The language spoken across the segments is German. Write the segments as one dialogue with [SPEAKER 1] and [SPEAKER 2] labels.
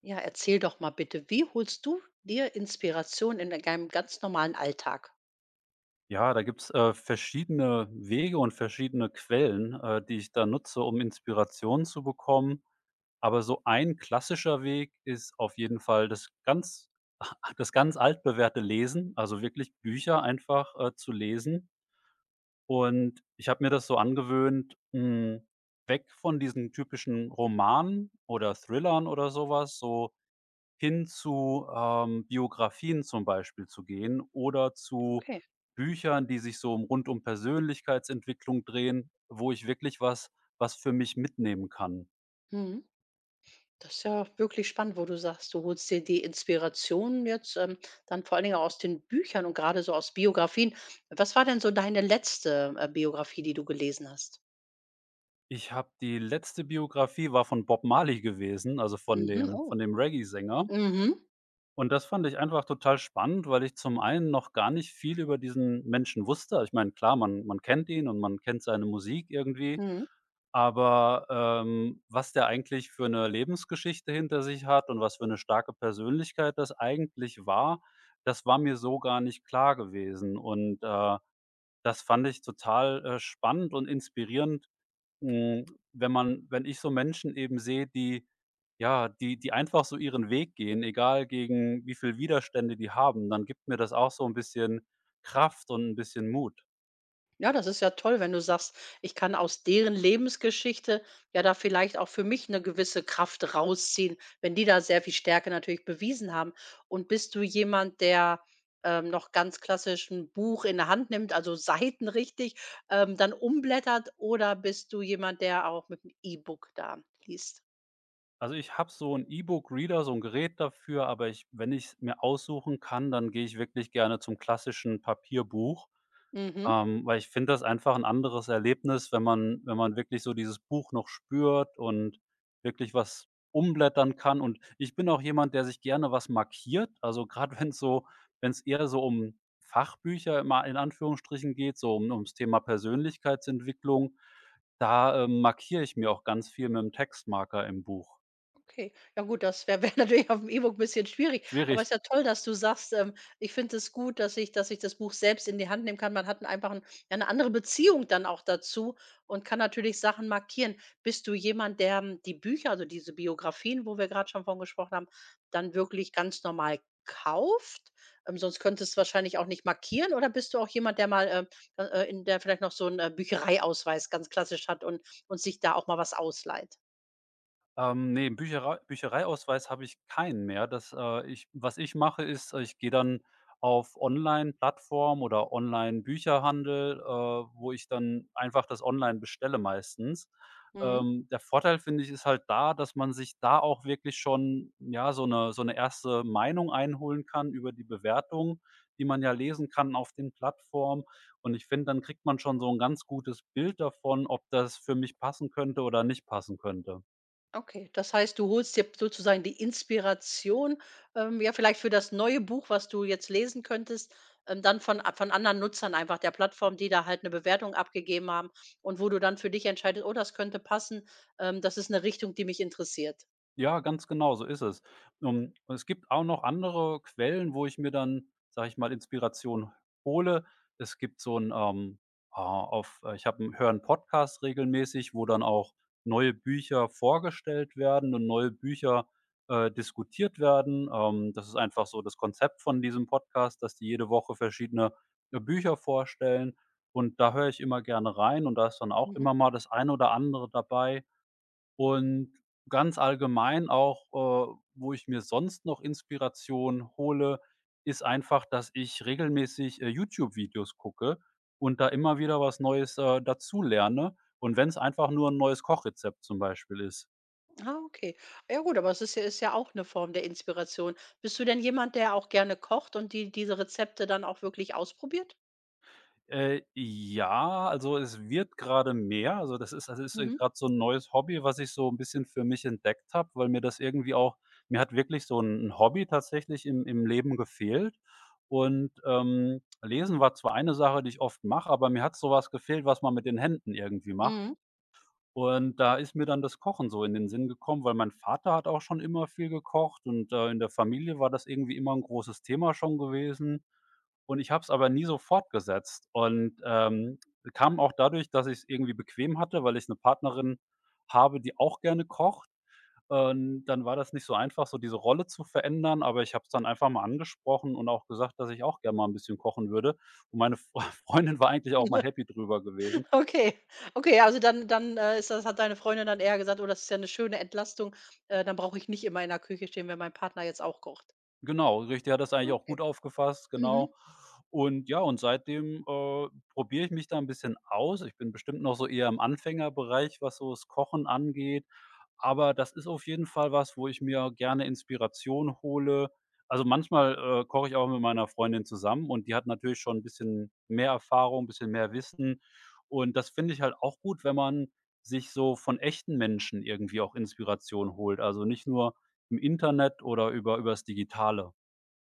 [SPEAKER 1] Ja, erzähl doch mal bitte, wie holst du dir Inspiration in deinem ganz normalen Alltag?
[SPEAKER 2] Ja, da gibt's, verschiedene Wege und verschiedene Quellen, die ich da nutze, um Inspiration zu bekommen. Aber so ein klassischer Weg ist auf jeden Fall das ganz das ganz altbewährte Lesen, also wirklich Bücher einfach, zu lesen. Und ich habe mir das so angewöhnt, weg von diesen typischen Romanen oder Thrillern oder sowas, so hin zu, Biografien zum Beispiel zu gehen oder zu
[SPEAKER 1] Okay.
[SPEAKER 2] Büchern, die sich so um rund um Persönlichkeitsentwicklung drehen, wo ich wirklich was für mich mitnehmen kann.
[SPEAKER 1] Mhm. Das ist ja wirklich spannend, wo du sagst, du holst dir die Inspiration jetzt dann vor allen Dingen auch aus den Büchern und gerade so aus Biografien. Was war denn so deine letzte Biografie, die du gelesen hast?
[SPEAKER 2] Ich habe die letzte Biografie war von Bob Marley gewesen, also von
[SPEAKER 1] Mhm.
[SPEAKER 2] dem
[SPEAKER 1] Oh.
[SPEAKER 2] von dem Reggae-Sänger.
[SPEAKER 1] Mhm.
[SPEAKER 2] Und das fand ich einfach total spannend, weil ich zum einen noch gar nicht viel über diesen Menschen wusste. Ich meine, klar, man kennt ihn und man kennt seine Musik irgendwie,
[SPEAKER 1] Mhm.
[SPEAKER 2] aber, was der eigentlich für eine Lebensgeschichte hinter sich hat und was für eine starke Persönlichkeit das eigentlich war, das war mir so gar nicht klar gewesen. Und, das fand ich total, spannend und inspirierend, hm, wenn man wenn ich so Menschen eben sehe, die ja, die einfach so ihren Weg gehen, egal gegen wie viel Widerstände die haben, dann gibt mir das auch so ein bisschen Kraft und ein bisschen Mut.
[SPEAKER 1] Ja, das ist ja toll, wenn du sagst, ich kann aus deren Lebensgeschichte ja da vielleicht auch für mich eine gewisse Kraft rausziehen, wenn die da sehr viel Stärke natürlich bewiesen haben. Und bist du jemand, der, noch ganz klassisch 'n Buch in der Hand nimmt, also Seiten richtig, dann umblättert, oder bist du jemand, der auch mit 'm E-Book da liest?
[SPEAKER 2] Also, ich habe so ein E-Book-Reader, so ein Gerät dafür, aber ich wenn ich's mir aussuchen kann, dann gehe ich wirklich gerne zum klassischen Papierbuch.
[SPEAKER 1] Mhm.
[SPEAKER 2] Weil ich finde das einfach ein anderes Erlebnis, wenn man wirklich so dieses Buch noch spürt und wirklich was umblättern kann. Und ich bin auch jemand, der sich gerne was markiert. Also, gerade wenn es so wenn es eher so um Fachbücher im in Anführungsstrichen geht, so um ums Thema Persönlichkeitsentwicklung, da, markiere ich mir auch ganz viel mit dem Textmarker im Buch.
[SPEAKER 1] Okay. Ja gut, das wäre wär wär natürlich auf dem E-Book ein bisschen schwierig, aber
[SPEAKER 2] Schwierig.
[SPEAKER 1] es ist ja toll, dass du sagst: „Ich finde es gut, dass ich das Buch selbst in die Hand nehmen kann.“ Man hat 'n einfach 'n ja, 'ne andere Beziehung dann auch dazu und kann natürlich Sachen markieren. Bist du jemand, der, die Bücher, also diese Biografien, wo wir gerade schon von gesprochen haben, dann wirklich ganz normal kauft? Sonst könntest du wahrscheinlich auch nicht markieren, oder bist du auch jemand, der mal, in der vielleicht noch so einen Büchereiausweis ganz klassisch hat und sich da auch mal was ausleiht?
[SPEAKER 2] Ne, Büchereiausweis habe ich keinen mehr. Das, ich was ich mache, ist, ich gehe dann auf online Plattform oder Online-Bücherhandel, wo ich dann einfach das online bestelle meistens.
[SPEAKER 1] Mhm.
[SPEAKER 2] Der Vorteil, finde ich, ist halt da, dass man sich da auch wirklich schon, ja, so eine erste Meinung einholen kann über die Bewertung, die man ja lesen kann auf den Plattformen. Und ich finde, dann kriegt man schon so ein ganz gutes Bild davon, ob das für mich passen könnte oder nicht passen könnte.
[SPEAKER 1] Okay, das heißt, du holst dir sozusagen die Inspiration, ja, vielleicht für das neue Buch, was du jetzt lesen könntest, dann von anderen Nutzern einfach der Plattform, die da halt eine Bewertung abgegeben haben, und wo du dann für dich entscheidest, oh, das könnte passen, das ist eine Richtung, die mich interessiert.
[SPEAKER 2] Ja, ganz genau, so ist es. Und es gibt auch noch andere Quellen, wo ich mir dann, sage ich mal, Inspiration hole. Es gibt so ein, ah, auf ich habe 'n höre 'n Podcast regelmäßig, wo dann auch neue Bücher vorgestellt werden und neue Bücher, diskutiert werden. Das ist einfach so das Konzept von diesem Podcast, dass die jede Woche verschiedene, Bücher vorstellen und da höre ich immer gerne rein und da ist dann auch
[SPEAKER 1] Mhm.
[SPEAKER 2] immer mal das eine oder andere dabei, und ganz allgemein auch, wo ich mir sonst noch Inspiration hole, ist einfach, dass ich regelmäßig, YouTube-Videos gucke und da immer wieder was Neues, dazu lerne, und wenn es einfach nur ein neues Kochrezept zum Beispiel ist.
[SPEAKER 1] Ah, okay. Ja gut, aber es ist ja auch eine Form der Inspiration. Bist du denn jemand, der auch gerne kocht und diese Rezepte dann auch wirklich ausprobiert?
[SPEAKER 2] Ja, also es wird gerade mehr. Also,
[SPEAKER 1] Mhm,
[SPEAKER 2] gerade so ein neues Hobby, was ich so ein bisschen für mich entdeckt habe, weil mir das irgendwie auch mir hat wirklich so ein 'n Hobby tatsächlich im Leben gefehlt. Und, Lesen war zwar eine Sache, die ich oft mache, aber mir hat so was gefehlt, was man mit den Händen irgendwie macht.
[SPEAKER 1] mhm.
[SPEAKER 2] Und da ist mir dann das Kochen so in den Sinn gekommen, weil mein Vater hat auch schon immer viel gekocht und, in der Familie war das irgendwie immer ein großes Thema schon gewesen. Und ich habe es aber nie so fortgesetzt und, kam auch dadurch, dass ich es irgendwie bequem hatte, weil ich eine Partnerin habe, die auch gerne kocht. Und dann war das nicht so einfach, so diese Rolle zu verändern, aber ich habe es dann einfach mal angesprochen und auch gesagt, dass ich auch gerne mal ein bisschen kochen würde. Und meine Fre Freundin war eigentlich auch mal happy drüber gewesen.
[SPEAKER 1] Okay, okay, also dann dann, ist das hat deine Freundin dann eher gesagt: „Oh, das ist ja eine schöne Entlastung, dann brauche ich nicht immer in der Küche stehen, wenn mein Partner jetzt auch kocht.“
[SPEAKER 2] Genau, richtig, der hat das eigentlich auch
[SPEAKER 1] Okay.
[SPEAKER 2] gut aufgefasst, genau.
[SPEAKER 1] Mhm.
[SPEAKER 2] Und ja, und seitdem, probiere ich mich da ein bisschen aus. Ich bin bestimmt noch so eher im Anfängerbereich, was so das Kochen angeht, aber das ist auf jeden Fall was, wo ich mir gerne Inspiration hole. Also, manchmal, koche ich auch mit meiner Freundin zusammen und die hat natürlich schon ein bisschen mehr Erfahrung, ein bisschen mehr Wissen, und das finde ich halt auch gut, wenn man sich so von echten Menschen irgendwie auch Inspiration holt. Also, nicht nur im Internet oder über übers Digitale.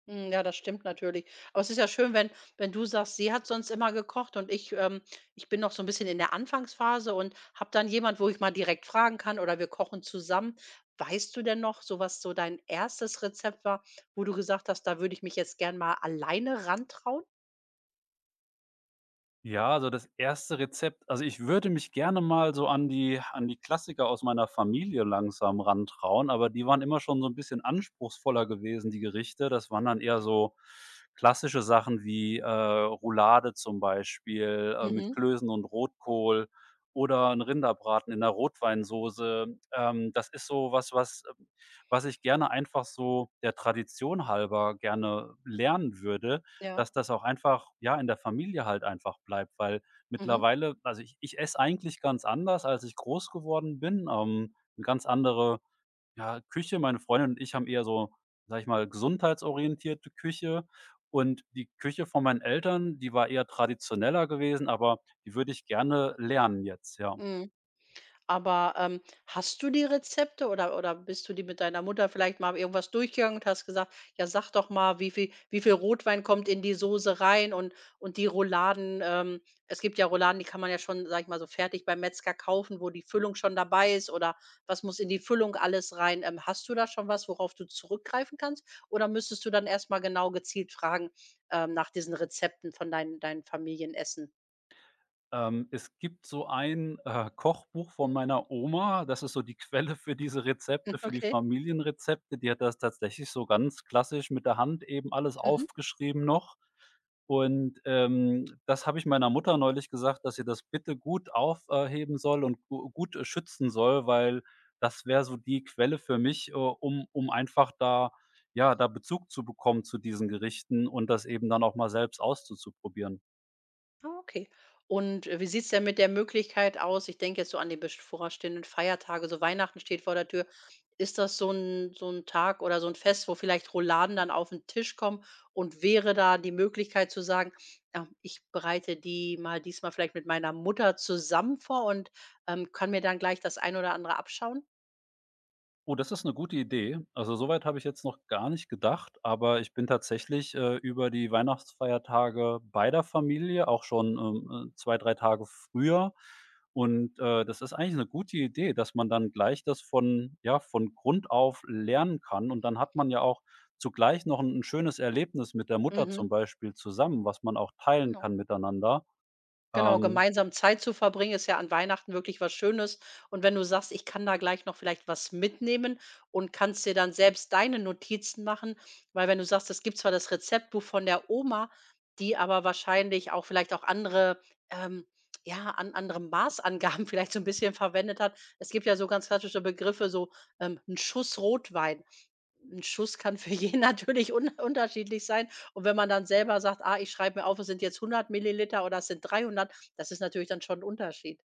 [SPEAKER 1] Hm, ja, das stimmt natürlich. Aber es ist ja schön, wenn du sagst, sie hat sonst immer gekocht, und ich bin noch so ein bisschen in der Anfangsphase und habe dann jemand, wo ich mal direkt fragen kann oder wir kochen zusammen. Weißt du denn noch so, was so dein erstes Rezept war, wo du gesagt hast: „Da würde ich mich jetzt gern mal alleine rantrauen?“
[SPEAKER 2] Ja, also das erste Rezept, also, ich würde mich gerne mal so an die Klassiker aus meiner Familie langsam rantrauen, aber die waren immer schon so 'n bisschen anspruchsvoller gewesen, die Gerichte. Das waren dann eher so klassische Sachen wie, Roulade zum Beispiel, mit
[SPEAKER 1] Mhm,
[SPEAKER 2] Klößen und Rotkohl oder 'n Rinderbraten in 'ner Rotweinsoße. Das ist so was, was was ich gerne einfach so der Tradition halber gerne lernen würde.
[SPEAKER 1] ja.
[SPEAKER 2] Dass das auch einfach, ja, in der Familie halt einfach bleibt, weil
[SPEAKER 1] Mhm.
[SPEAKER 2] mittlerweile, also, ich esse eigentlich ganz anders, als ich groß geworden bin, 'ne ganz andere, ja, Küche. Meine Freundin und ich haben eher so, sage ich mal, gesundheitsorientierte Küche, und die Küche von meinen Eltern, die war eher traditioneller gewesen, aber die würde ich gerne lernen jetzt, ja.
[SPEAKER 1] Mhm. Aber, hast du die Rezepte, oder bist du die mit deiner Mutter vielleicht mal irgendwas durchgegangen und hast gesagt: „Ja, sag doch mal, wie viel Rotwein kommt in die Soße rein, und die Rouladen, es gibt ja Rouladen, die kann man ja schon, sage ich mal, so fertig beim Metzger kaufen, wo die Füllung schon dabei ist, oder was muss in die Füllung alles rein. Hast du da schon was, worauf du zurückgreifen kannst? Oder müsstest du dann erst mal genau gezielt fragen, nach diesen Rezepten von deinen Familienessen?
[SPEAKER 2] Es gibt so ein, Kochbuch von meiner Oma, das ist so die Quelle für diese Rezepte, für die
[SPEAKER 1] Okay.
[SPEAKER 2] Familienrezepte. Die hat das tatsächlich so ganz klassisch mit der Hand eben alles
[SPEAKER 1] Mhm.
[SPEAKER 2] aufgeschrieben noch. Und, das habe ich meiner Mutter neulich gesagt, dass sie das bitte gut aufheben soll und gu gut, schützen soll, weil das wäre so die Quelle für mich, um einfach da ja, da Bezug zu bekommen zu diesen Gerichten und das eben dann auch mal selbst auszuprobieren.
[SPEAKER 1] Ah, okay. Und, wie sieht's denn mit der Möglichkeit aus, ich denke jetzt so an die bevorstehenden Feiertage, so Weihnachten steht vor der Tür. Ist das so ein Tag oder so ein Fest, wo vielleicht Rouladen dann auf den Tisch kommen, und wäre da die Möglichkeit zu sagen: Ich bereite die mal diesmal vielleicht mit meiner Mutter zusammen vor und, kann mir dann gleich das ein oder andere abschauen?“
[SPEAKER 2] Oh, das ist eine gute Idee. Also, soweit habe ich jetzt noch gar nicht gedacht, aber ich bin tatsächlich, über die Weihnachtsfeiertage bei der Familie, auch schon, 2, 3 Tage früher. Und, das ist eigentlich eine gute Idee, dass man dann gleich das von ja, von Grund auf lernen kann. Und dann hat man ja auch zugleich noch ein 'n schönes Erlebnis mit der Mutter
[SPEAKER 1] Mhm,
[SPEAKER 2] zum Beispiel zusammen, was man auch teilen
[SPEAKER 1] genau.
[SPEAKER 2] kann miteinander.
[SPEAKER 1] Genau,
[SPEAKER 2] Ähm,
[SPEAKER 1] gemeinsam Zeit zu verbringen, ist ja an Weihnachten wirklich was Schönes. Und wenn du sagst: „Ich kann da gleich noch vielleicht was mitnehmen“, und kannst dir dann selbst deine Notizen machen, weil wenn du sagst, es gibt zwar das Rezeptbuch von der Oma, die aber wahrscheinlich auch vielleicht auch andere, ähm ja, an andere Maßangaben vielleicht so ein bisschen verwendet hat. Es gibt ja so ganz klassische Begriffe, so, 'n Schuss Rotwein. Ein Schuss kann für jeden natürlich un unterschiedlich sein. Und wenn man dann selber sagt: „Ah, ich schreibe mir auf, es sind jetzt 100 Milliliter oder es sind 300“, das ist natürlich dann schon ein Unterschied.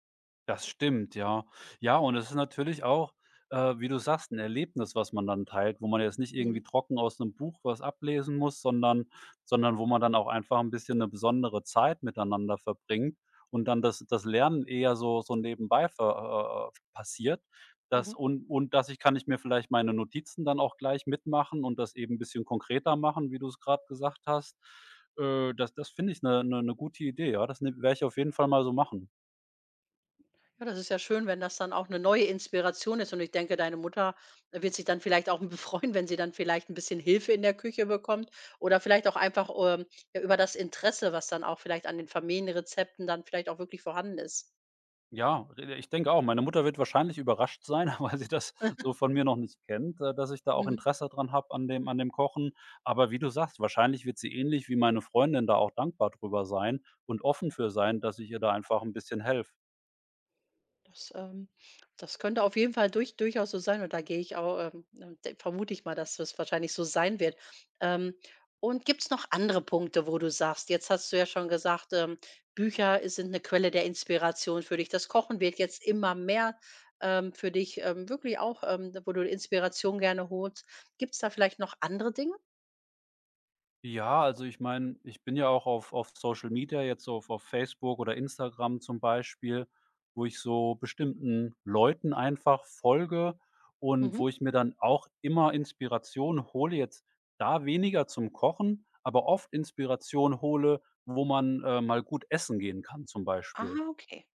[SPEAKER 2] das stimmt, ja. Ja, und es ist natürlich auch, wie du sagst, 'n Erlebnis, was man dann teilt, wo man jetzt nicht
[SPEAKER 1] Mhm,
[SPEAKER 2] irgendwie trocken aus 'nem Buch was ablesen muss, sondern wo man dann auch einfach 'n bisschen 'ne besondere Zeit miteinander verbringt und dann das Lernen eher so so nebenbei ver passiert. Das
[SPEAKER 1] mhm.
[SPEAKER 2] und dass Ich kann ich mir vielleicht meine Notizen dann auch gleich mitmachen und das eben 'n bisschen konkreter machen, wie du's grad gesagt hast. Das finde ich 'ne gute Idee, ja. Das werde ich auf jeden Fall mal so machen.
[SPEAKER 1] Ja, das ist ja schön, wenn das dann auch eine neue Inspiration ist. Und ich denke, deine Mutter wird sich dann vielleicht auch befreuen, wenn sie dann vielleicht ein bisschen Hilfe in der Küche bekommt, oder vielleicht auch einfach, ja, über das Interesse, was dann auch vielleicht an den Familienrezepten dann vielleicht auch wirklich vorhanden ist.
[SPEAKER 2] Ja, re ich denke auch. Meine Mutter wird wahrscheinlich überrascht sein, weil sie das so von mir noch nicht kennt, dass ich da auch
[SPEAKER 1] Mhm.
[SPEAKER 2] Interesse dran habe an dem Kochen. Aber wie du sagst, wahrscheinlich wird sie ähnlich wie meine Freundin da auch dankbar drüber sein und offen für sein, dass ich ihr da einfach ein bisschen helfe.
[SPEAKER 1] Das, ähm das könnte auf jeden Fall durchaus so sein, und da gehe ich auch d vermute ich mal, dass das wahrscheinlich so sein wird. Ähm, und gibt's noch andere Punkte, wo du sagst, jetzt hast du ja schon gesagt, Bücher i sind eine Quelle der Inspiration für dich. Das Kochen wird jetzt immer mehr, für dich, wirklich auch, wo du Inspiration gerne holst. Gibt's da vielleicht noch andere Dinge?
[SPEAKER 2] Ja, also ich meine, ich bin ja auch auf Social Media, jetzt so auf Facebook oder Instagram zum Beispiel, wo ich so bestimmten Leuten einfach folge und
[SPEAKER 1] Mhm.
[SPEAKER 2] wo ich mir dann auch immer Inspiration hole, jetzt da weniger zum Kochen, aber oft Inspiration hole, wo man, mal gut essen gehen kann zum
[SPEAKER 1] Ah,
[SPEAKER 2] Beispiel.
[SPEAKER 1] okay.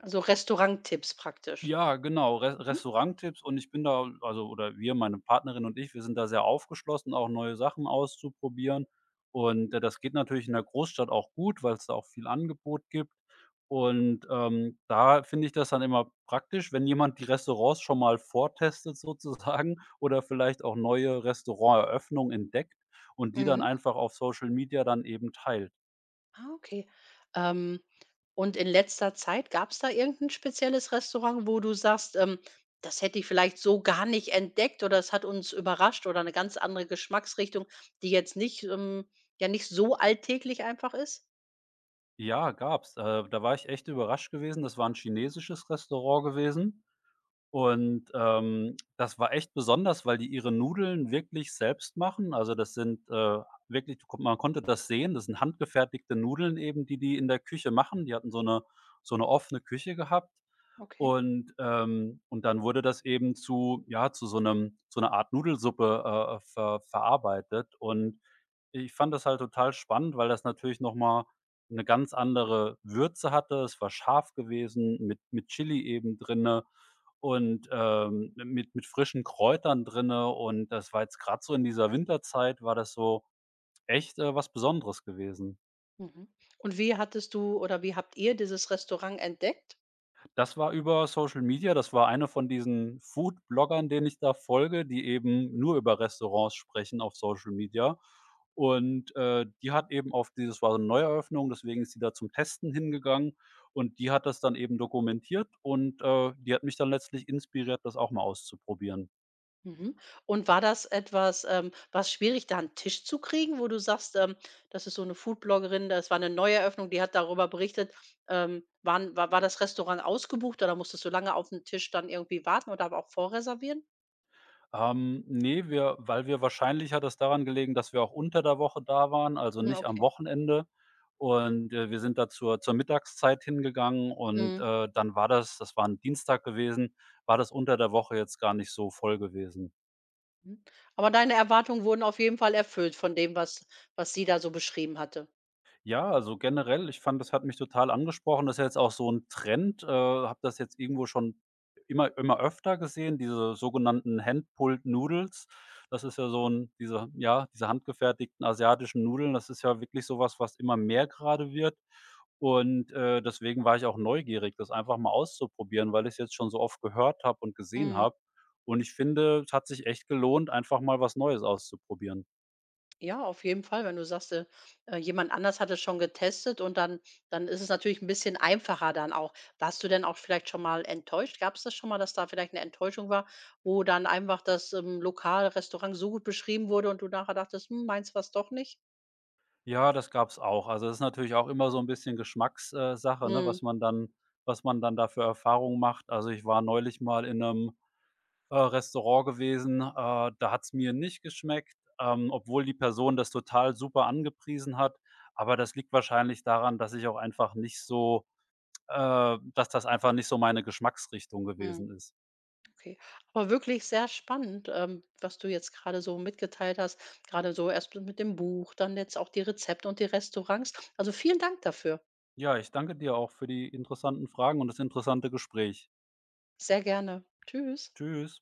[SPEAKER 1] Also Restauranttipps praktisch.
[SPEAKER 2] Ja, genau, Re
[SPEAKER 1] Mhm.
[SPEAKER 2] Restauranttipps, und ich bin da, also, oder wir, meine Partnerin und ich, wir sind da sehr aufgeschlossen, auch neue Sachen auszuprobieren. Und, das geht natürlich in der Großstadt auch gut, weil es da auch viel Angebot gibt. Und, da finde ich das dann immer praktisch, wenn jemand die Restaurants schon mal vortestet sozusagen oder vielleicht auch neue Restauranteröffnungen entdeckt und die dann
[SPEAKER 1] Mhm.
[SPEAKER 2] einfach auf Social Media dann eben teilt.
[SPEAKER 1] Ah, okay. Ähm, und in letzter Zeit gab es da irgendein spezielles Restaurant, wo du sagst: „Das hätte ich vielleicht so gar nicht entdeckt, oder es hat uns überrascht“, oder eine ganz andere Geschmacksrichtung, die jetzt nicht ja nicht so alltäglich einfach ist?
[SPEAKER 2] Ja, gab's. Da war ich echt überrascht gewesen. Das war ein chinesisches Restaurant gewesen. Und, das war echt besonders, weil die ihre Nudeln wirklich selbst machen. Also, das sind, wirklich du kon man konnte das sehen. Das sind handgefertigte Nudeln eben, die in der Küche machen. Die hatten so eine offene Küche gehabt.
[SPEAKER 1] Okay.
[SPEAKER 2] Und dann wurde das eben zu ja, zu so einer Art Nudelsuppe, verarbeitet. Und ich fand das halt total spannend, weil das natürlich noch mal 'ne ganz andere Würze hatte. Es war scharf gewesen mit Chili eben drinne und, mit frischen Kräutern drinne. Und das war jetzt gerade so in dieser Winterzeit war das so echt, was Besonderes gewesen.
[SPEAKER 1] Mhm. Und wie hattest du, oder wie habt ihr dieses Restaurant entdeckt?
[SPEAKER 2] Das war über Social Media. Das war einer von diesen Food-Bloggern, denen ich da folge, die eben nur über Restaurants sprechen auf Social Media. Und, die hat eben auf dieses war so 'ne Neueröffnung, deswegen ist sie da zum Testen hingegangen und die hat das dann eben dokumentiert und, die hat mich dann letztlich inspiriert, das auch mal auszuprobieren.
[SPEAKER 1] Mhm. Und war das etwas war's schwierig, da einen Tisch zu kriegen, wo du sagst, das ist so 'ne Foodbloggerin, das war eine Neueröffnung, die hat darüber berichtet. War das Restaurant ausgebucht, oder musstest du lange auf den Tisch dann irgendwie warten, oder aber auch vorreservieren?
[SPEAKER 2] Ne, wir weil wir wahrscheinlich hat es daran gelegen, dass wir auch unter der Woche da waren, also
[SPEAKER 1] Hm,
[SPEAKER 2] nicht am
[SPEAKER 1] okay.
[SPEAKER 2] Wochenende. Und, wir sind da zur Mittagszeit hingegangen und,
[SPEAKER 1] Mhm.
[SPEAKER 2] dann war das das war ein Dienstag gewesen, war das unter der Woche jetzt gar nicht so voll gewesen.
[SPEAKER 1] Mhm. Aber deine Erwartungen wurden auf jeden Fall erfüllt von dem, was sie da so beschrieben hatte?
[SPEAKER 2] Ja, also generell, ich fand, das hat mich total angesprochen. Das ist ja jetzt auch so ein Trend, habe das jetzt irgendwo schon immer öfter gesehen, diese sogenannten Hand-Pulled Noodles. Das ist ja so ein diese ja, diese handgefertigten asiatischen Nudeln, das ist ja wirklich so was, was immer mehr gerade wird. Und, deswegen war ich auch neugierig, das einfach mal auszuprobieren, weil ich es jetzt schon so oft gehört habe und gesehen
[SPEAKER 1] Mhm.
[SPEAKER 2] habe. Und ich finde, es hat sich echt gelohnt, einfach mal was Neues auszuprobieren.
[SPEAKER 1] Ja, auf jeden Fall, wenn du sagst, jemand anders hat es schon getestet, und dann ist es natürlich ein bisschen einfacher dann auch. Warst du denn auch vielleicht schon mal enttäuscht? Gab es das schon mal, dass da vielleicht eine Enttäuschung war, wo dann einfach das Lokal, Restaurant so gut beschrieben wurde, und du nachher dachtest: „Hm, meins war's doch nicht?“
[SPEAKER 2] Ja, das gab's auch. Also, es ist natürlich auch immer so ein bisschen Geschmacks- Sache, ne,
[SPEAKER 1] Mhm,
[SPEAKER 2] was man dann da für Erfahrungen macht. Also, ich war neulich mal in einem Restaurant gewesen, da hat's mir nicht geschmeckt, obwohl die Person das total super angepriesen hat. Aber das liegt wahrscheinlich daran, dass ich auch einfach nicht so dass das einfach nicht so meine Geschmacksrichtung
[SPEAKER 1] mhm,
[SPEAKER 2] gewesen ist.
[SPEAKER 1] okay. Aber wirklich sehr spannend, was du jetzt gerade so mitgeteilt hast. Gerade so erst mit dem Buch, dann jetzt auch die Rezepte und die Restaurants. Also, vielen Dank dafür.
[SPEAKER 2] Ja, ich danke dir auch für die interessanten Fragen und das interessante Gespräch.
[SPEAKER 1] Sehr gerne. Tschüss.
[SPEAKER 2] Tschüss.